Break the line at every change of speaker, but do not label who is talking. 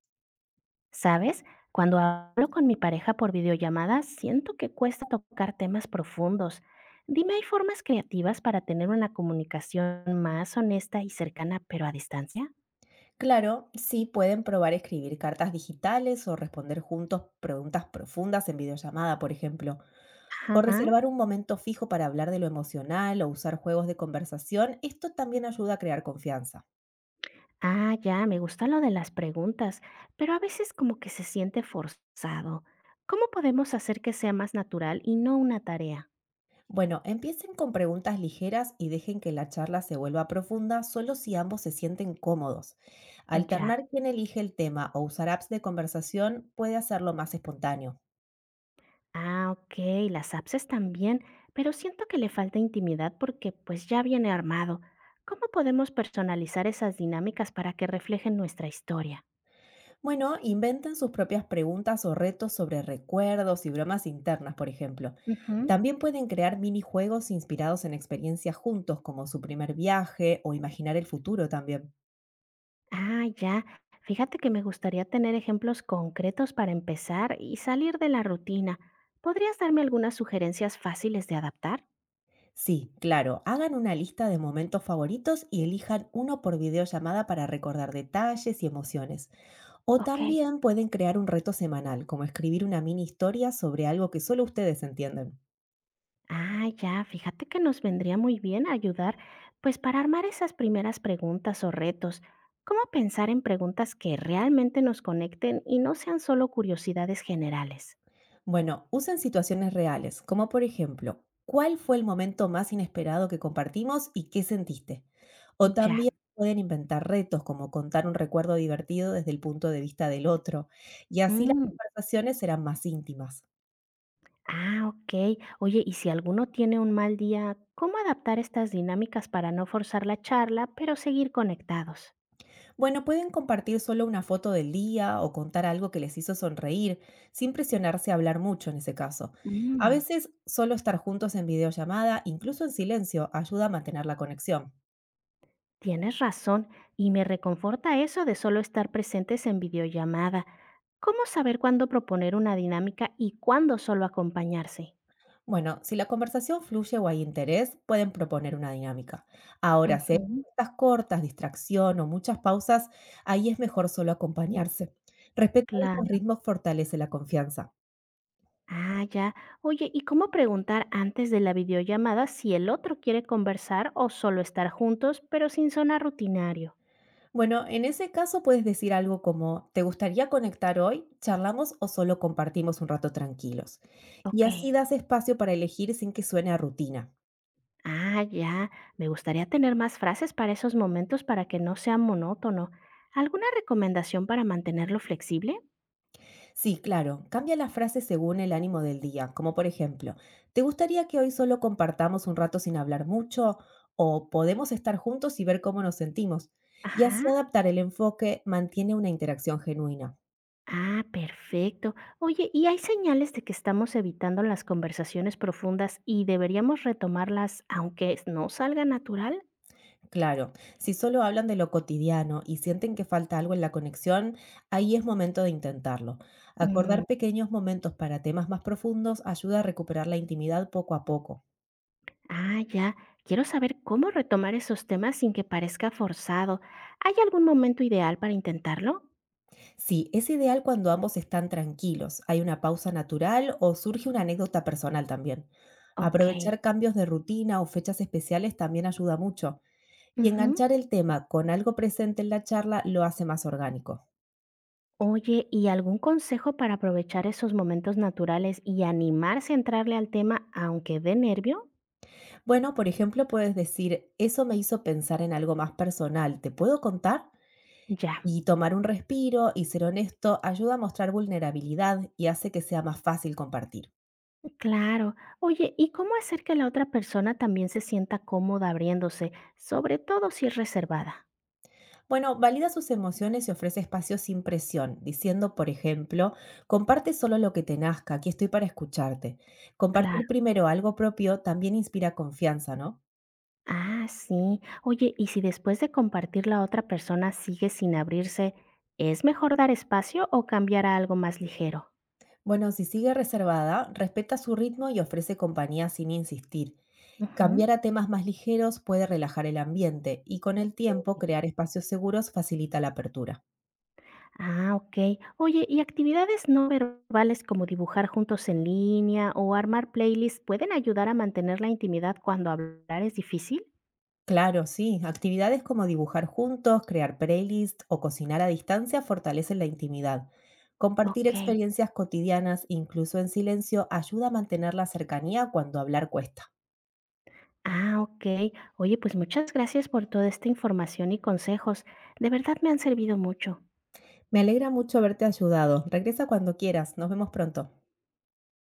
¿Sabes? Cuando hablo con mi pareja por videollamada, siento que cuesta tocar temas profundos. Dime, ¿hay formas creativas para tener una comunicación más honesta y cercana, pero a distancia?
Claro, sí pueden probar escribir cartas digitales o responder juntos preguntas profundas en videollamada, por ejemplo, o
Ajá.
reservar un momento fijo para hablar de lo emocional o usar juegos de conversación. Esto también ayuda a crear confianza.
Ah, ya, me gusta lo de las preguntas, pero a veces como que se siente forzado. ¿Cómo podemos hacer que sea más natural y no una tarea?
Bueno, empiecen con preguntas ligeras y dejen que la charla se vuelva profunda solo si ambos se sienten cómodos.
Ya.
Alternar quién elige el tema o usar apps de conversación puede hacerlo más espontáneo.
Ah, ok, las apps están bien, pero siento que le falta intimidad porque pues ya viene armado. ¿Cómo podemos personalizar esas dinámicas para que reflejen nuestra historia?
Bueno, inventen sus propias preguntas o retos sobre recuerdos y bromas internas, por ejemplo.
Ujú.
También pueden crear minijuegos inspirados en experiencias juntos, como su primer viaje o imaginar el futuro también.
Ah, ya. Fíjate que me gustaría tener ejemplos concretos para empezar y salir de la rutina. ¿Podrías darme algunas sugerencias fáciles de adaptar?
Sí, claro, hagan una lista de momentos favoritos y elijan uno por videollamada para recordar detalles y emociones. O
Ok.
también pueden crear un reto semanal, como escribir una mini historia sobre algo que solo ustedes entienden.
Ah, ya, fíjate que nos vendría muy bien ayudar, pues para armar esas primeras preguntas o retos, ¿cómo pensar en preguntas que realmente nos conecten y no sean solo curiosidades generales?
Bueno, usen situaciones reales, como por ejemplo, ¿cuál fue el momento más inesperado que compartimos y qué sentiste? O
Ya.
también pueden inventar retos, como contar un recuerdo divertido desde el punto de vista del otro, y así las
Mm,
conversaciones serán más íntimas.
ah, ok. Oye, y si alguno tiene un mal día, ¿cómo adaptar estas dinámicas para no forzar la charla, pero seguir conectados?
Bueno, pueden compartir solo una foto del día o contar algo que les hizo sonreír, sin presionarse a hablar mucho en ese caso. A
Mm.
veces, solo estar juntos en videollamada, incluso en silencio, ayuda a mantener la conexión.
Tienes razón, y me reconforta eso de solo estar presentes en videollamada. ¿Cómo saber cuándo proponer una dinámica y cuándo solo acompañarse?
Bueno, si la conversación fluye o hay interés, pueden proponer una dinámica. Ahora, si hay
Ujú.
respuestas cortas, distracción o muchas pausas, ahí es mejor solo acompañarse. Respetar
Claro.
estos ritmos fortalece la confianza.
Ah, ya. Oye, ¿y cómo preguntar antes de la videollamada si el otro quiere conversar o solo estar juntos, pero sin sonar rutinario?
Bueno, en ese caso puedes decir algo como, ¿te gustaría conectar hoy? ¿Charlamos o solo compartimos un rato tranquilos? Y
Ok.
así das espacio para elegir sin que suene a rutina.
Ah, ya. Me gustaría tener más frases para esos momentos para que no sea monótono. ¿Alguna recomendación para mantenerlo flexible?
Sí, claro, cambia la frase según el ánimo del día, como por ejemplo, ¿te gustaría que hoy solo compartamos un rato sin hablar mucho? ¿O podemos estar juntos y ver cómo nos sentimos? Y así
Ajá.
adaptar el enfoque mantiene una interacción genuina.
Ah, perfecto. Oye, ¿y hay señales de que estamos evitando las conversaciones profundas y deberíamos retomarlas aunque no salga natural?
Claro, si solo hablan de lo cotidiano y sienten que falta algo en la conexión, ahí es momento de intentarlo.
Mm,
Acordar pequeños momentos para temas más profundos ayuda a recuperar la intimidad poco a poco.
ah, ya. Quiero saber cómo retomar esos temas sin que parezca forzado. ¿Hay algún momento ideal para intentarlo?
Sí, es ideal cuando ambos están tranquilos, hay una pausa natural o surge una anécdota personal también.
Ok.
Aprovechar cambios de rutina o fechas especiales también ayuda mucho. Y
Ujú.
enganchar el tema con algo presente en la charla lo hace más orgánico.
Oye, ¿y algún consejo para aprovechar esos momentos naturales y animarse a entrarle al tema aunque dé nervio?
Bueno, por ejemplo, puedes decir, eso me hizo pensar en algo más personal, ¿te puedo contar?
Ya.
Y tomar un respiro y ser honesto ayuda a mostrar vulnerabilidad y hace que sea más fácil compartir.
Claro. Oye, ¿y cómo hacer que la otra persona también se sienta cómoda abriéndose, sobre todo si es reservada?
Bueno, valida sus emociones y ofrece espacios sin presión, diciendo, por ejemplo, comparte solo lo que te nazca, aquí estoy para escucharte.
Claro.
Compartir primero algo propio también inspira confianza, ¿no?
Ah, sí. Oye, ¿y si después de compartir la otra persona sigue sin abrirse, es mejor dar espacio o cambiar a algo más ligero?
Bueno, si sigue reservada, respeta su ritmo y ofrece compañía sin insistir.
Ujú.
Cambiar a temas más ligeros puede relajar el ambiente y con el tiempo crear espacios seguros facilita la apertura.
Ah, ok. Oye, ¿y actividades no verbales como dibujar juntos en línea o armar playlists pueden ayudar a mantener la intimidad cuando hablar es difícil?
Claro, sí. Actividades como dibujar juntos, crear playlists o cocinar a distancia fortalecen la intimidad. Compartir
Ok.
experiencias cotidianas, incluso en silencio, ayuda a mantener la cercanía cuando hablar cuesta.
Ah, ok. Oye, pues muchas gracias por toda esta información y consejos. De verdad me han servido mucho.
Me alegra mucho haberte ayudado. Regresa cuando quieras. Nos vemos pronto.